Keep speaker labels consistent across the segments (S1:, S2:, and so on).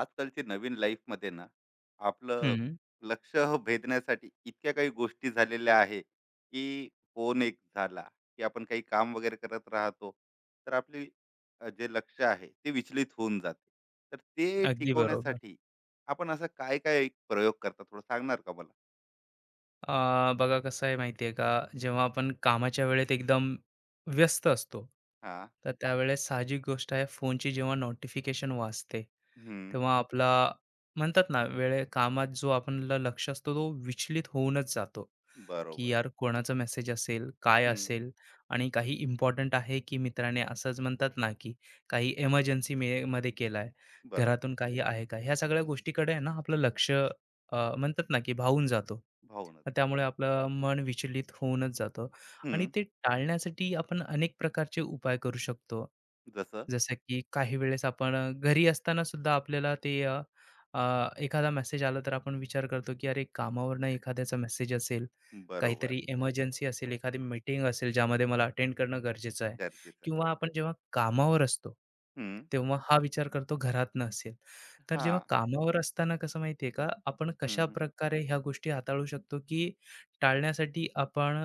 S1: आजकालची नवीन लाईफमध्ये ना आपलं
S2: हं,
S1: लक्ष भेदण्यासाठी इतक्या काही गोष्टी झालेल्या आहे की फोन एक झाला की आपण काही काम वगैरे करत राहतो. तर आपली जे लक्ष आहे ते विचलित होऊन जाते. तर ते
S2: अगदी बरोबर.
S1: टिकवण्यासाठी आपण असं काय काय एक प्रयोग करता थोडं सांगणार का मला?
S2: बघा कसं आहे माहिती आहे का, जेव्हा आपण कामाच्या वेळेत एकदम व्यस्त असतो,
S1: हा.
S2: तर त्यावेळेस साहजिक गोष्ट आहे फोनची जेव्हा नोटिफिकेशन वाजते,
S1: हम्म.
S2: तेव्हा आपला म्हणतात ना, वेळे कामात जो आपला लक्ष असतो तो विचलित होऊनच जातो. की
S1: बरोबर.
S2: यार कोणाचा मेसेज असेल, काय
S1: हम्म.
S2: असेल आणि काही इम्पॉर्टंट आहे की मित्राने असंच म्हणतात ना की काही इमर्जन्सी मे मध्ये केलाय,
S1: बरोबर.
S2: घरातून काही आहे का? ह्या सगळ्या गोष्टीकडे आहे ना आपलं लक्ष, म्हणतात ना की भावून जातो.
S1: भाऊनच
S2: मग त्यामुळे
S1: जातो.
S2: आपलं मन विचलित होऊनच जातं आणि
S1: हम्म.
S2: ते टाळण्यासाठी आपण अनेक प्रकारचे उपाय करू शकतो.
S1: जसं.
S2: जसं की काही वेळेस आपण घरी असताना सुद्धा आपल्याला ते अ, अ, एखादा मेसेज आला तर आपण विचार करतो की अरे कामावरनं एखाद्याचा मेसेज असेल,
S1: बरोबर.
S2: काहीतरी इमर्जन्सी असेल, एखादी मीटिंग असेल, ज्यामध्ये मला अटेंड करणं गरजेचं आहे,
S1: गरजेचं आहे.
S2: किंवा आपण जेव्हा कामावर असतो,
S1: हम्म.
S2: तेव्हा हा विचार करतो घरात नसेल. तर
S1: हा.
S2: जेव्हा कामावर असताना कसं माहिती आहे का, आपण
S1: हम्म. हम्म.
S2: कशाप्रकारे ह्या गोष्टी हाताळू शकतो, की टाळण्यासाठी आपण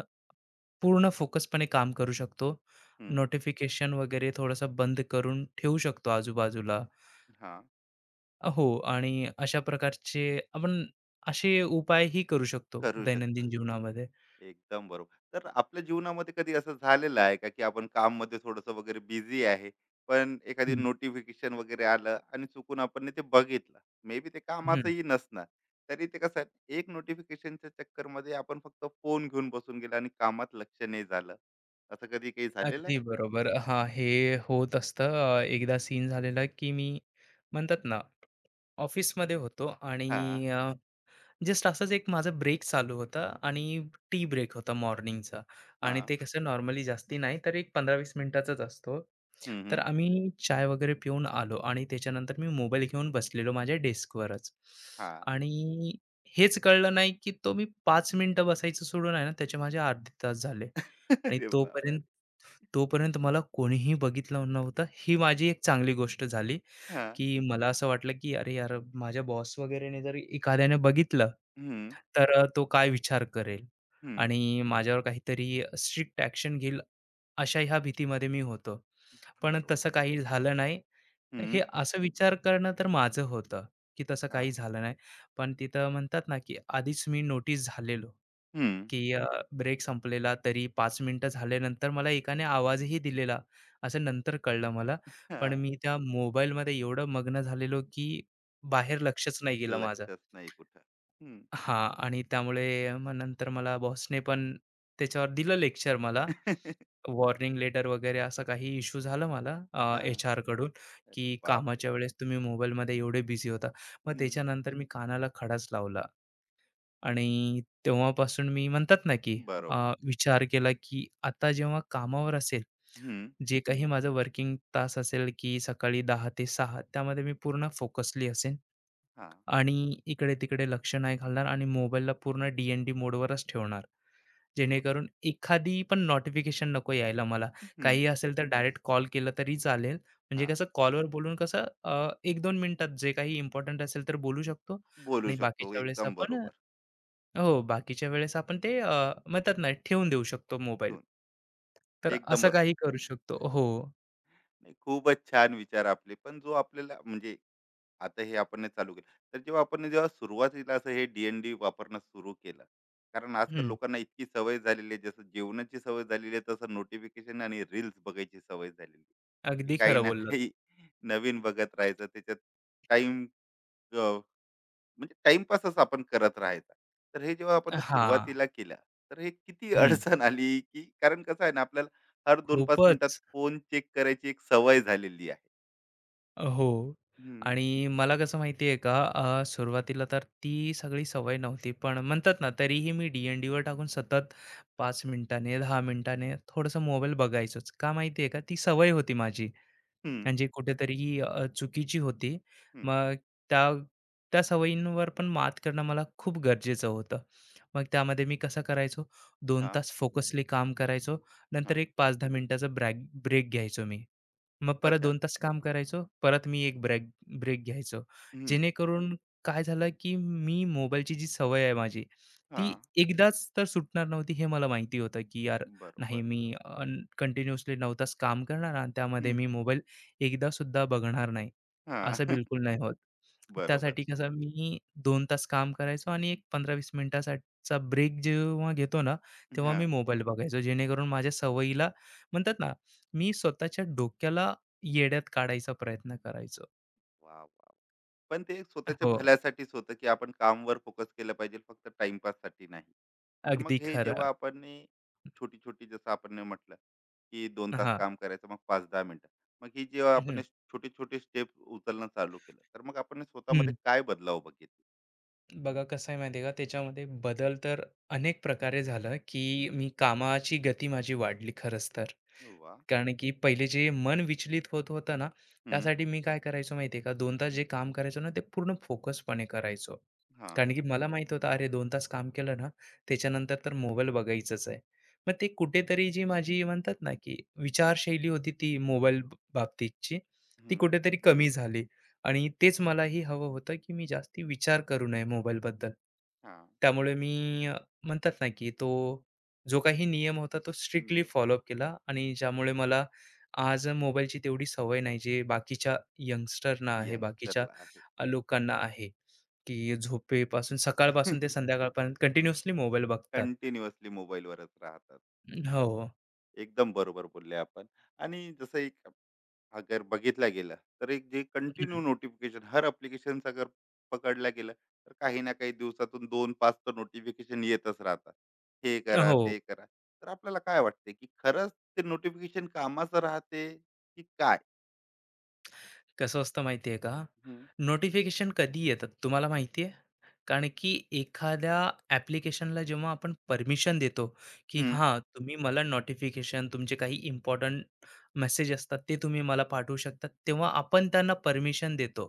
S2: पूर्ण फोकसपणे काम करू शकतो.
S1: हम्म,
S2: नोटिफिकेशन वगैरे थोडंसं बंद करून ठेवू शकतो आजूबाजूला.
S1: हा.
S2: हो आणि अशा प्रकारचे आपण असे उपायही करू शकतो
S1: करू
S2: दैनंदिन
S1: शकतो.
S2: जीवनामध्ये.
S1: एकदम बरोबर. तर आपल्या जीवनामध्ये कधी असं झालेलं आहे का, की आपण काममध्ये थोडंसं वगैरे बिझी आहे, पण एखादी
S2: हं,
S1: नोटिफिकेशन वगैरे आलं आणि चुकून आपण ना ते बघितलं. मे बी ते
S2: हं.
S1: कामाचंही नसणार. तरी ते कसं आहे, एक नोटिफिकेशनच्या चक्करमध्ये आपण फक्त फोन घेऊन बसून गेलो आणि कामात लक्ष नाही झालं. असं कधी काही झालेलं
S2: अगदी
S1: आहे?
S2: बरोबर. हां, हे होत असतं. एकदा
S1: हं.
S2: सीन झालेला की मी म्हणतात ना, ऑफिसमध्ये होतो आणि
S1: हां,
S2: जस्ट असंच एक माझा ब्रेक चालू होता आणि टी ब्रेक होता मॉर्निंगचा आणि
S1: हां.
S2: ते कसं नॉर्मली जास्ती नाही, तर एक 15-20 मिनिटाचाच असतो.
S1: हं,
S2: तर
S1: हं.
S2: आम्ही चाय वगैरे पिऊन आलो आणि त्याच्यानंतर मी मोबाईल घेऊन बसलेलो माझ्या डेस्कवरच.
S1: हां.
S2: आणि हेच कळलं नाही, की तो मी पाच मिनिटं बसायचं सोडून आहे ना, त्याचे माझे अर्धे तास झाले. आणि
S1: अरे बाबा रे!
S2: तोपर्यंत तोपर्यंत मला कोणीही बघितलं नव्हतं. ही माझी एक चांगली गोष्ट झाली,
S1: हां.
S2: की मला असं वाटलं की "अरे यार, माझ्या बॉस वगैरेने जर एखाद्याने बघितलं,
S1: हं,
S2: तर तो काय विचार करेल
S1: हं.
S2: आणि माझ्यावर काहीतरी स्ट्रिक्ट ॲक्शन घेईल." अशा ह्या भीतीमध्ये मी होतो. पण
S1: बरोबर.
S2: तसं काही झालं नाही.
S1: हं.
S2: हे असं विचार करणं तर माझं होतं, की तसं काही
S1: हां.
S2: झालं नाही. पण तिथं म्हणतात ना, की आधीच मी नोटीस झालेलो.
S1: हं.
S2: की ब्रेक संपलेला तरी 5 मिनिटं झाल्यानंतर मला एकाने आवाजही दिलेला, असं नंतर कळलं मला. पण
S1: हां.
S2: मी त्या मोबाईलमध्ये एवढं मग्न झालेलो की बाहेर लक्षच नाही गेलं माझं.
S1: लक्षच नाही कुठं. हं.
S2: हां आणि त्यामुळे मग नंतर मला बॉसने पण त्याच्यावर दिलं लेक्चर मला.
S1: हां.
S2: वॉर्निंग लेटर वगैरे असा काही इश्यू झाला मला एचआरकडून की
S1: अरे बापरे!
S2: कामाच्या वेळेस तुम्ही मोबाईलमध्ये एवढे बिझी होता. मग
S1: हं.
S2: त्याच्यानंतर मी कानाला खडाच लावला. आणि तेव्हापासून मी म्हणतात ना, की
S1: बरोबर.
S2: विचार केला, की आता जेव्हा कामावर असेल,
S1: हं.
S2: जे काही माझं वर्किंग तास असेल, की सकाळी 10 ते 6 त्यामध्ये मी पूर्ण फोकसली असेन
S1: हां.
S2: आणि इकडे-तिकडे लक्ष नाही घालणार आणि मोबाईलला पूर्ण डी-एन-डी मोडवरच ठेवणार.
S1: गुड.
S2: जेणेकरून एखादी पण नोटिफिकेशन नको यायला मला.
S1: हं.
S2: काहीही असेल तर डायरेक्ट कॉल केला तरी चालेल. म्हणजे
S1: हां.
S2: कसं कॉलवर बोलून कसं 1-2 मिनिटात जे काही इम्पोर्टंट असेल तर बोलू शकतो
S1: बोलू
S2: आणि
S1: शकतो.
S2: बाकीच्या वेळेस
S1: एकदम
S2: आपण
S1: बरोबर.
S2: हो, बाकीच्या वेळेस आपण ते म्हणतात ना, ठेवून देऊ शकतो मोबाईल.
S1: ठेवून.
S2: तर
S1: एकदम
S2: असं
S1: बरोबर.
S2: काही करू शकतो. हो,
S1: नाही, खूपच छान विचार आपले. पण जो आपल्याला म्हणजे आता हे आपण नाही चालू केलं. तर जेव्हा आपण जेव्हा सुरुवातीला असं हे डी वापरणं सुरू केलं. कारण आजकाल
S2: हं,
S1: लोकांना इतकी सवय झालेली आहे, जसं जेवणाची सवय झालेली आहे, तसं नोटिफिकेशन आणि रील्स बघायची सवय झालेली आहे, की
S2: अगदी
S1: काही
S2: खरं
S1: ना
S2: बोललात.
S1: काही नवीन बघत राहायचं. त्याच्यात टाईम म्हणजे टाइमपासच आपण करत राहायचा. तर हे जेव्हा आपण
S2: हां,
S1: सुरुवातीला केलं, तर हे किती
S2: हं,
S1: अडचण आली, की कारण कसं आहे ना आपल्याला हर दोन 5
S2: खूपच.
S1: मिनिटात फोन चेक करायची एक सवय झालेली आहे.
S2: हो
S1: हं,
S2: आणि मला कसं माहिती आहे का, सुरुवातीला तर ती सगळी सवय नव्हती. पण म्हणतात ना, तरीही मी डी-एन-डीवर टाकून सतत 5 मिनिटाने, 10 मिनिटाने थोडंसं मोबाईल बघायचोच. का माहिती आहे का, ती सवय होती माझी.
S1: हं,
S2: म्हणजे कुठेतरी चुकीची होती.
S1: हं.
S2: मग त्या त्या सवयींवर पण मात करणं मला खूप गरजेचं होतं. मग त्यामध्ये मी कसं करायचो, 2
S1: हां,
S2: तास फोकसली काम करायचो. नंतर
S1: हां.
S2: एक 5-10 मिनिटाचा ब्रेक घ्यायचो मी. मग परत
S1: अच्छा.
S2: 2 तास काम करायचो. परत मी एक ब्रेक घ्यायचो.
S1: हं.
S2: जेणेकरून काय झालं, की मी मोबाईलची जी सवय आहे माझी, ती
S1: हां.
S2: एकदाच तर सुटणार नव्हती हे मला माहिती होतं, की यार नाही
S1: बरोबर.
S2: मी कंटिन्यूअसली तास काम करणार आणि त्यामध्ये
S1: हं.
S2: मी मोबाईल एकदा सुद्धा बघणार नाही,
S1: हां.
S2: असं बिलकुल नाही होत.
S1: बरोबर.
S2: त्यासाठी कसं मी 2 तास काम करायचो आणि एक 15-20 मिनिटासाठीचा ब्रेक जेव्हा घेतो ना, तेव्हा मी
S1: हां.
S2: मोबाईल बघायचो. जेणेकरून माझ्या सवयीला म्हणतात ना, मी स्वतःच्या डोक्याला येड्यात काढायचा प्रयत्न करायचो.
S1: वाह! वाह! पण ते एक स्वतःच्या
S2: हो,
S1: भल्यासाठीच होतं, की आपण कामवर फोकस केलं पाहिजे, फक्त टाईमपाससाठी नाही. तर
S2: अगदी
S1: मग हे
S2: खरं.
S1: जेव्हा आपण नी छोटी-छोटी जसं आपण नी म्हटलं, की 2 तास
S2: हां.
S1: काम करायचं, मग 5-10 मिनिटं. मग ही जेव्हा आपण
S2: हं,
S1: छोटे-छोटे स्टेप उचलणं चालू केलं, तर मग आपण ने स्वतःमध्ये
S2: हं.
S1: काय बदलाव बघितले?
S2: बघा कसं आहे माहिती आहे का, त्याच्यामध्ये बदल तर अनेक प्रकारे झालं, की
S1: हं,
S2: मी कामाची गती माझी वाढली खरंच तर.
S1: वाह!
S2: कारण की पहिले जे मन विचलित होत होतं ना,
S1: हं,
S2: त्यासाठी मी काय करायचो माहिती का, 2 तास जे काम करायचो ना, ते पूर्ण फोकसपणे करायचो.
S1: हां,
S2: कारण की मला माहीत होतं, अरे 2 तास काम केलं ना, त्याच्यानंतर तर मोबाईल बघायचंच आहे. मग ते कुठेतरी जी माझी म्हणतात ना, की विचारशैली होती ती मोबाईल बाबतीतची, ती
S1: हं,
S2: कुठेतरी कमी झाली आणि तेच मलाही हवं होतं, की मी जास्ती विचार करू नये मोबाईलबद्दल.
S1: हां.
S2: त्यामुळे मी म्हणतात ना, की तो जो काही नियम होता तो स्ट्रिक्टली
S1: य
S2: फॉलोअप केला आणि ज्यामुळे मला आज मोबाईलची तेवढी सवय नाही जे बाकीच्या यंगस्टरना आहे, बाकीच्या
S1: यंगस्टरला आहे.
S2: लोकांना आहे, की झोपेपासून सकाळपासून ते संध्याकाळपर्यंत कंटिन्युअसली मोबाईल बघतात.
S1: कंटिन्युअसली मोबाईलवरच राहतात.
S2: हो.
S1: एकदम बरोबर बोलले आपण. आणि जसं एक अगर बघितला गेला तर एक जे कंटिन्यू
S2: हं.
S1: नोटिफिकेशन हर अप्लिकेशनचा अगर पकडला गेला तर काही ना काही दिवसातून दोन पाच तर नोटिफिकेशन येतच राहतात, हे करा
S2: हो.
S1: ते करा. तर आपल्याला काय वाटते की खरंच ते नोटिफिकेशन कामाचं राहते की काय?
S2: कसं असतं माहिती आहे का?
S1: हम्म,
S2: नोटिफिकेशन कधी येतात तुम्हाला माहिती आहे? कारण की एखाद्या ॲप्लिकेशनला जेव्हा आपण परमिशन देतो, की
S1: हम्म,
S2: हां, तुम्ही मला नोटिफिकेशन तुमचे काही इम्पोर्टंट मेसेज असतात ते तुम्ही मला पाठवू शकता. तेव्हा आपण त्यांना परमिशन देतो,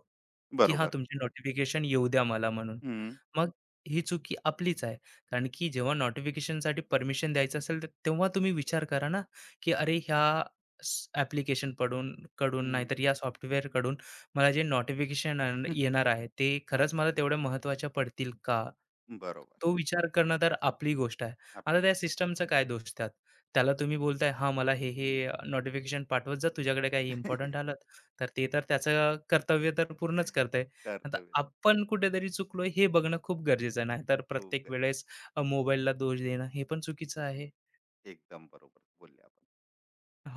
S2: की हां,
S1: बरोबर.
S2: तुमचे नोटिफिकेशन येऊ द्या मला म्हणून.
S1: हम्म,
S2: मग ही चुकी आपलीच आहे. कारण की जेव्हा नोटिफिकेशनसाठी परमिशन द्यायचं असेल तर तेव्हा तुम्ही विचार करा ना, की अरे ह्या स- पडून कडून
S1: हम्म,
S2: नाहीतर या कड़ून, मला जे नोटिफिकेशन येणार आहे ते
S1: हा,
S2: खरंच मला तेवढ्या महत्त्वाच्या पडतील का,
S1: बरोबर.
S2: तो विचार करणं तर आपली गोष्ट आहे. आता
S1: आपली
S2: त्या
S1: गोष्ट.
S2: सिस्टमचा काय दोष त्यात, त्याला तुम्ही बोलताय हा मला हे हे
S1: हम्म.
S2: नोटिफिकेशन पाठवत जा तुझ्याकडे काही इम्पॉर्टंट आलं तर ते तर त्याचं कर्तव्य तर पूर्णच करतंय. आता
S1: कर्तव्य.
S2: आपण कुठेतरी चुकलो हे बघणं खूप गरजेचं आहे, नाहीतर
S1: हो.
S2: प्रत्येक वेळेस मोबाईलला दोष देणं हे पण चुकीचं आहे.
S1: एकदम बरोबर बोलले आपण.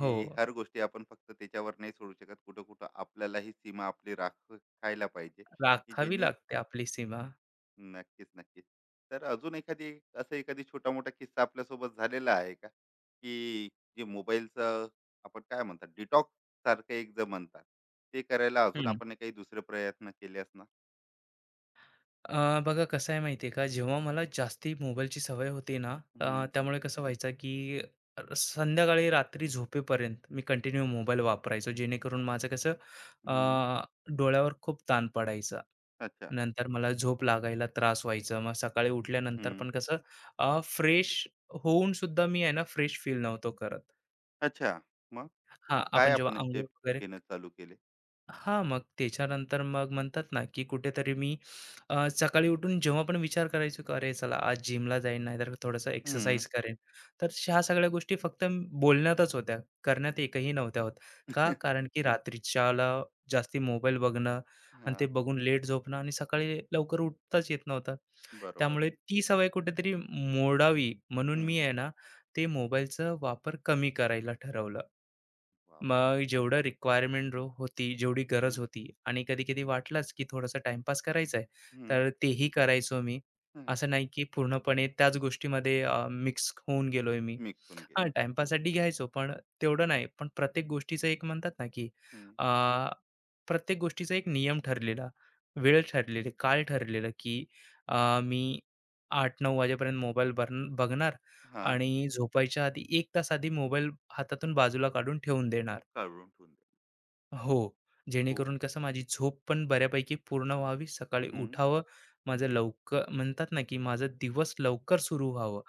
S2: हो,
S1: हर गोष्टी आपण फक्त त्याच्यावर नाही सोडू शकत, कुठं कुठं आपल्यालाही सीमा आपली राखायला पाहिजे की
S2: राखावी
S1: ज्यांनी.
S2: लागते आपली सीमा.
S1: नक्कीच नक्कीच. तर अजून एखादी असं एखादी छोटा मोठा किस्सा आपल्यासोबत झालेला आहे का की जे मोबाईलचं आपण काय म्हणतात डिटॉक्स सारखं एक जे म्हणतात ते करायला अजून आपण काही दुसरे प्रयत्न केले असणार.
S2: बघा कसं आहे माहिती आहे का, जेव्हा मला जास्ती मोबाईलची सवय होती ना,
S1: हम्म,
S2: त्यामुळे कसं व्हायचं की संध्याकाळी रात्री झोपेपर्यंत मी कंटिन्यू मोबाईल वापरायचो, जेणेकरून माझं कसं अ,
S1: हम्म,
S2: डोळ्यावर खूप ताण पडायचा.
S1: अच्छा.
S2: नंतर मला झोप लागायला त्रास व्हायचा, मग सकाळी उठल्यानंतर
S1: हम्म,
S2: पण कसं फ्रेश होऊन सुद्धा मी आहे ना फ्रेश फील नव्हतो करत.
S1: अच्छा. मग.
S2: हा
S1: मग काय
S2: आपण जेव्हा
S1: आपण
S2: आंघोळ
S1: स्टेप
S2: वगैरे,
S1: घेणं चालू केले?
S2: हां, मग त्याच्यानंतर मग म्हणतात ना, की कुठेतरी मी सकाळी उठून जेव्हा पण विचार करायचो, की "अरे चला आज जिमला जाईन, नाहीतर थोडंसं
S1: हम्म,
S2: एक्सरसाइज करेन." तर ह्या सगळ्या गोष्टी फक्त बोलण्यातच होत्या, करण्यात एकही नव्हत्या होत. का? कारण की रात्रीच्याला जास्ती मोबाईल बघणं
S1: हा.
S2: आणि ते बघून लेट झोपणं आणि सकाळी लवकर उठताच येत नव्हतं.
S1: बरोबर.
S2: त्यामुळे ती सवय कुठेतरी मोडावी म्हणून
S1: हम्म,
S2: मी आहे ना, ते मोबाईलचा वापर कमी करायला ठरवलं.
S1: वा वा वा.
S2: मग जेवढं रिक्वायरमेंट होती, जेवढी गरज होती आणि कधी-कधी वाटलंच, की थोडासा टाईमपास करायचा आहे, तर तेही करायचो मी. असं नाही, की पूर्णपणे त्याच गोष्टीमध्ये मिक्स होऊन गेलोय मी.
S1: मिक्स होऊन गेली.
S2: हां, टाईमपाससाठी घ्यायचो, पण तेवढं नाही. पण प्रत्येक गोष्टीचं एक म्हणतात ना, की
S1: हं.
S2: अ, प्रत्येक गोष्टीचा एक नियम ठरलेला, वेळ ठरलेली, काळ ठरलेलं, की मी 8-9 वाजेपर्यंत मोबाईल बरन बघणार
S1: हां,
S2: आणि झोपायच्या आधी 1 तास आधी मोबाईल हातातून बाजूला काढून ठेवून देणार.
S1: काढून ठेवून देणं.
S2: हो.
S1: हो.
S2: जेणेकरून कसं माझी झोप पण बऱ्यापैकी पूर्ण व्हावी, सकाळी
S1: हं,
S2: उठावं, माझं लवकर म्हणतात ना, की माझा दिवस लवकर सुरू व्हावं,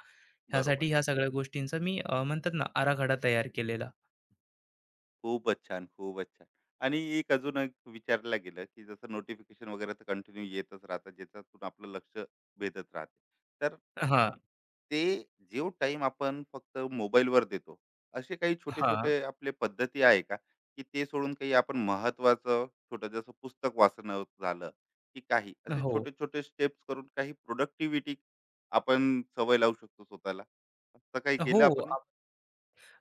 S1: बरोबर.
S2: ह्यासाठी ह्या सगळ्या गोष्टींचा मी म्हणतात ना, आराखडा तयार केलेला.
S1: खूपच छान, खूपच छान. आणि एक अजून एक विचारलं गेलं, की जसं नोटिफिकेशन वगैरे तर कंटिन्यू येतच राहतात, ज्याच्यातून आपलं लक्ष भेदत राहते. तर
S2: हां,
S1: ते जो टाइम आपण फक्त मोबाईलवर देतो, असे काही
S2: हां.
S1: छोटे-छोटे आपले पद्धती आहे का, की ते सोडून काही आपण महत्त्वाचं छोटं जसं पुस्तक वाचणं झालं, की काही असे
S2: हो.
S1: छोटे-छोटे स्टेप्स करून काही प्रोडक्टिव्हिटी आपण सवय लावू शकतो स्वतःला? असं काही
S2: हो.
S1: केलं आपण?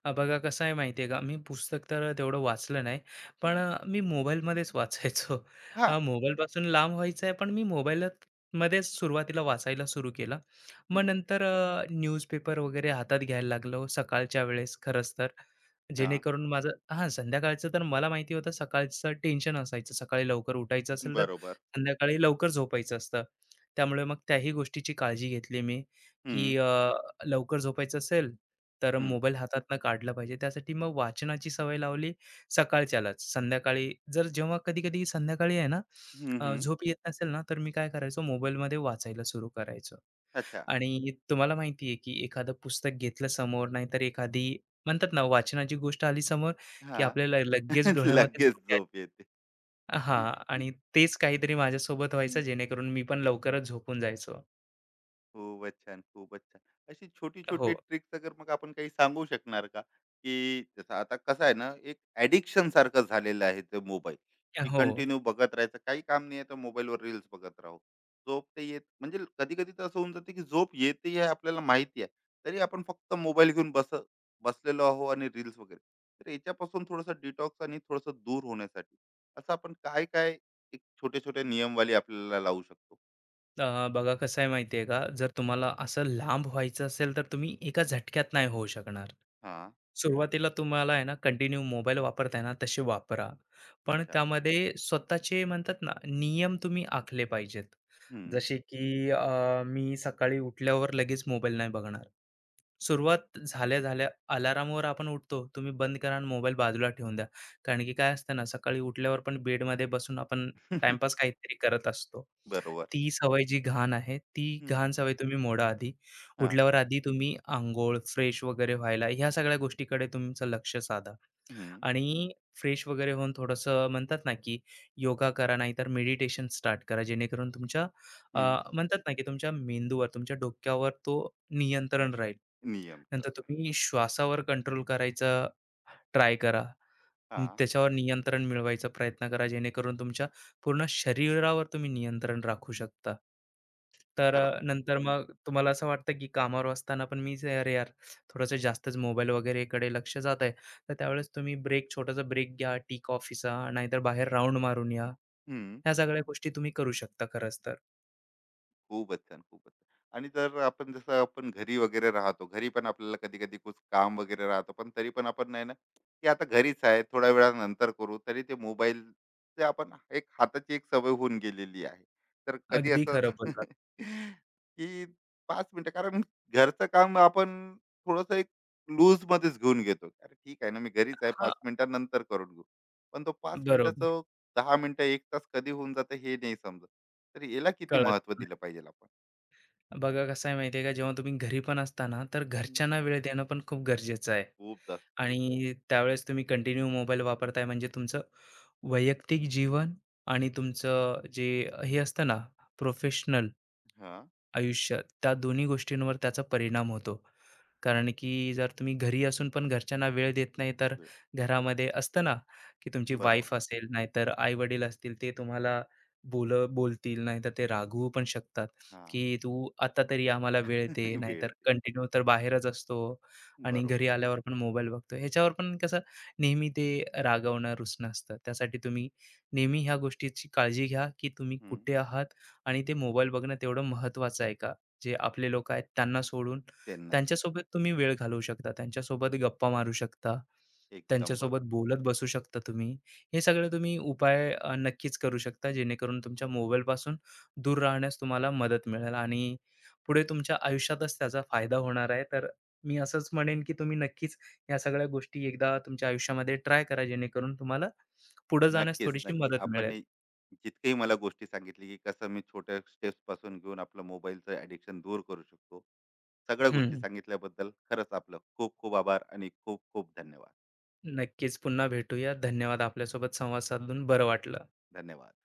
S2: बघा कसं आहे माहिती आहे का, मी पुस्तक तर तेवढं वाचलं नाही, पण
S1: हं.
S2: मी मोबाईलमध्येच वाचायचो.
S1: हां.
S2: मोबाईलपासून लांब व्हायचं आहे पण मी मोबाईल मध्येच सुरुवातीला वाचायला सुरू केलं. मग
S1: हं.
S2: नंतर न्यूजपेपर वगैरे हातात घ्यायला लागलो सकाळच्या वेळेस खरंच तर,
S1: हां.
S2: जेणेकरून माझं, हां, संध्याकाळचं तर मला माहिती होतं, सकाळचं टेन्शन असायचं, सकाळी लवकर उठायचं असेल तर
S1: बरोबर.
S2: संध्याकाळी लवकर झोपायचं असतं, त्यामुळे मग त्याही गोष्टीची काळजी घेतली मी,
S1: हं,
S2: की लवकर झोपायचं असेल तर
S1: हं.
S2: मोबाईल हातातनं काढला पाहिजे. त्यासाठी मग वाचनाची सवय लावली सकाळच्यालाच. संध्याकाळी जर जेव्हा कधी-कधी संध्याकाळी आहे ना,
S1: हं, हं.
S2: झोप येत नसेल ना, तर मी काय करायचो मोबाईलमध्ये वाचायला सुरू करायचो.
S1: अच्छा.
S2: आणि तुम्हाला माहिती आहे, की एखादं पुस्तक घेतलं समोर, नाहीतर एखादी म्हणतात ना, वाचनाची गोष्ट आली समोर, की
S1: हां.
S2: आपल्याला लगेच डोळ्यामध्ये
S1: लगेच
S2: झोप यायची.
S1: झोप येते.
S2: हां. आणि तेच काहीतरी माझ्यासोबत व्हायचं,
S1: हं.
S2: जेणेकरून मी पण लवकरच झोपून जायचो.
S1: खूपच छान, खूपच छान. अशी छोटी-छोटी
S2: हो.
S1: ट्रिक्स अगर मग आपण काही सांगू शकणार का? की जसं आता कसं आहे ना, एक ॲडिक्शन सारखं झालेलं आहे ते मोबाईल, की
S2: हो.
S1: कंटिन्यू बघत राहायचं. काही काम नाही आहे तर मोबाईलवर रील्स बघत राहू. झोप तर येत म्हणजे कधी-कधी तर असं होऊन जाते की झोप येते हे आपल्याला माहिती आहे. तरी आपण फक्त मोबाईल घेऊन बसलेलो आहो आणि रील्स वगैरे. तर याच्यापासून थोडंसं डिटॉक्स आणि थोडंसं दूर होण्यासाठी असं आपण काय-काय एक छोटे-छोटे नियमवाली आपल्याला लावू शकतो?
S2: बघा कसं आहे माहिती आहे का, जर तुम्हाला असं लांब व्हायचं असेल, तर तुम्ही एका झटक्यात नाही होऊ शकणार.
S1: हां,
S2: सुरुवातीला तुम्हाला आहे ना, कंटिन्यू मोबाईल वापरताय ना, तसे वापरा. पण
S1: अच्छा.
S2: त्यामध्ये स्वतःचे म्हणतात ना, नियम तुम्ही आखले पाहिजेत.
S1: हं.
S2: जसे की मी सकाळी उठल्यावर लगेच मोबाईल नाही बघणार. सुरुवात झाल्या-झाल्या अलार्मवर आपण उठतो, तुम्ही बंद करा आणि मोबाईल बाजूला ठेवून द्या. कारण की काय असतं ना, सकाळी उठल्यावर पण बेडमध्ये बसून आपण टाईमपास काहीतरी करत असतो.
S1: बरोबर.
S2: ती सवय जी घाण आहे, ती
S1: हं.
S2: घाण सवय तुम्ही मोडा आधी.
S1: हां.
S2: उठल्यावर आधी तुम्ही अंघोळ, फ्रेश वगैरे व्हायला ह्या सगळ्या गोष्टीकडे तुमचं लक्ष साधा
S1: हं.
S2: आणि फ्रेश वगैरे होऊन थोडंसं म्हणतात ना, की योगा करा नाहीतर मेडिटेशन स्टार्ट करा. जेणेकरून तुमच्या अ,
S1: हं.
S2: म्हणतात ना, की तुमच्या मेंदूवर, तुमच्या डोक्यावर तो नियंत्रण राहील.
S1: नियम
S2: नंतर
S1: तंत्र.
S2: तुम्ही श्वासावर कंट्रोल करायचा ट्राय करा.
S1: हां.
S2: त्याच्यावर नियंत्रण मिळवायचा प्रयत्न करा, जेणेकरून तुमच्या पूर्ण शरीरावर तुम्ही नियंत्रण राखू शकता. तर
S1: खरंच.
S2: नंतर
S1: हं.
S2: मग तुम्हाला असं वाटतं, की कामावर असताना पण मीच "अरे यार, थोडंसं जास्तच मोबाईल वगैरेकडे लक्ष जात आहे." तर त्यावेळेस तुम्ही ब्रेक छोटासा ब्रेक घ्या, टी कॉफीचा, नाहीतर बाहेर राउंड मारून या.
S1: हं.
S2: ह्या सगळ्या गोष्टी तुम्ही करू शकता खरंच तर.
S1: खूपच छान खूपच छान. आणि जर आपण जसं आपण घरी वगैरे राहतो, घरी पण आपल्याला कधी कधी खूप काम वगैरे राहतो, पण तरी पण आपण नाही ना की आता घरीच आहे थोड्या वेळानंतर करू, तरी ते मोबाईल ते आपण एक हाताची एक सवय होऊन गेलेली आहे. तर कधी
S2: अगदी
S1: असं
S2: खरं बोललात.
S1: की 5 मिनिटं कारण घरचं काम आपण थोडस एक लूज मध्येच घेऊन घेतो, अरे ठीक आहे ना मी घरीच आहे, पाच
S2: हां,
S1: मिनिटांनंतर करून घेऊ. पण तो पाच
S2: बरोबर.
S1: मिनिटाचं 10 मिनिटं एक तास कधी होऊन जातं हे नाही समजत. तर याला किती
S2: कळत
S1: महत्व
S2: नाही.
S1: दिलं पाहिजे आपण?
S2: बघा कसं आहे माहिती का, जेव्हा तुम्ही घरी पण असता ना, तर
S1: हम्म,
S2: घरच्यांना वेळ देणं पण खूप गरजेचं आहे.
S1: खूप जास्त.
S2: आणि त्यावेळेस तुम्ही कंटिन्यू मोबाईल वापरताय म्हणजे तुमचं
S1: हम्म.
S2: वैयक्तिक जीवन आणि तुमचं जे हे असतं ना प्रोफेशनल
S1: हा.
S2: आयुष्य त्या दोन्ही गोष्टींवर त्याचा परिणाम होतो. कारण की जर तुम्ही घरी असून पण घरच्यांना वेळ देत नाही तर
S1: वेळ.
S2: घरामध्ये असतं ना, की तुमची
S1: बरोबर.
S2: वाईफ असेल नाहीतर आई-वडील असतील ते तुम्हाला बोल बोलतील, नाहीतर ते रागवू पण शकतात,
S1: हा.
S2: की "तू आता तरी आम्हाला वेळ दे."
S1: वेळ
S2: नाहीतर
S1: दे.
S2: कंटिन्यू तर बाहेरच असतो आणि
S1: बरोबर.
S2: घरी आल्यावर पण मोबाईल बघतो. ह्याच्यावर पण कसं नेहमी ते रागवणं, रुसणं असतं. त्यासाठी तुम्ही नेहमी ह्या गोष्टीची काळजी घ्या, की तुम्ही
S1: हम्म.
S2: कुठे आहात आणि ते मोबाईल बघणं तेवढं महत्त्वाचं आहे का? जे आपले लोकं आहेत त्यांना सोडून
S1: त्यांना सोड.
S2: त्यांच्यासोबत तुम्ही वेळ घालवू शकता, त्यांच्यासोबत गप्पा मारू शकता,
S1: एकदम बरोबर.
S2: त्यांच्यासोबत बोलत बसू शकता तुम्ही. हे सगळे तुम्ही उपाय नक्कीच करू शकता, जेणेकरून तुमच्या मोबाईलपासून दूर राहण्यास तुम्हाला मदत मिळेल आणि पुढे तुमच्या आयुष्यातच त्याचा फायदा होणार आहे. तर मी असंच म्हणेन, की तुम्ही नक्कीच या सगळ्या गोष्टी एकदा तुमच्या आयुष्यामध्ये ट्राय करा, जेणेकरून तुम्हाला पुढे जाण्यास
S1: नक्कीच
S2: थोडीशी
S1: नक्की
S2: मदत
S1: आपण
S2: मिळेल.
S1: हे जितकंही मला गोष्टी सांगितली की कसं मी छोट्या स्टेप्स पासून घेऊन आपलं मोबाईलचं ॲडिक्शन दूर करू शकतो, सगळ्या गोष्टी
S2: हं,
S1: सांगितल्याबद्दल खरंच आपलं खूप खूप आभार आणि खूप खूप धन्यवाद.
S2: नक्कीच पुन्हा भेटूया. धन्यवाद. आपल्यासोबत संवाद साधून बरं वाटलं.
S1: धन्यवाद.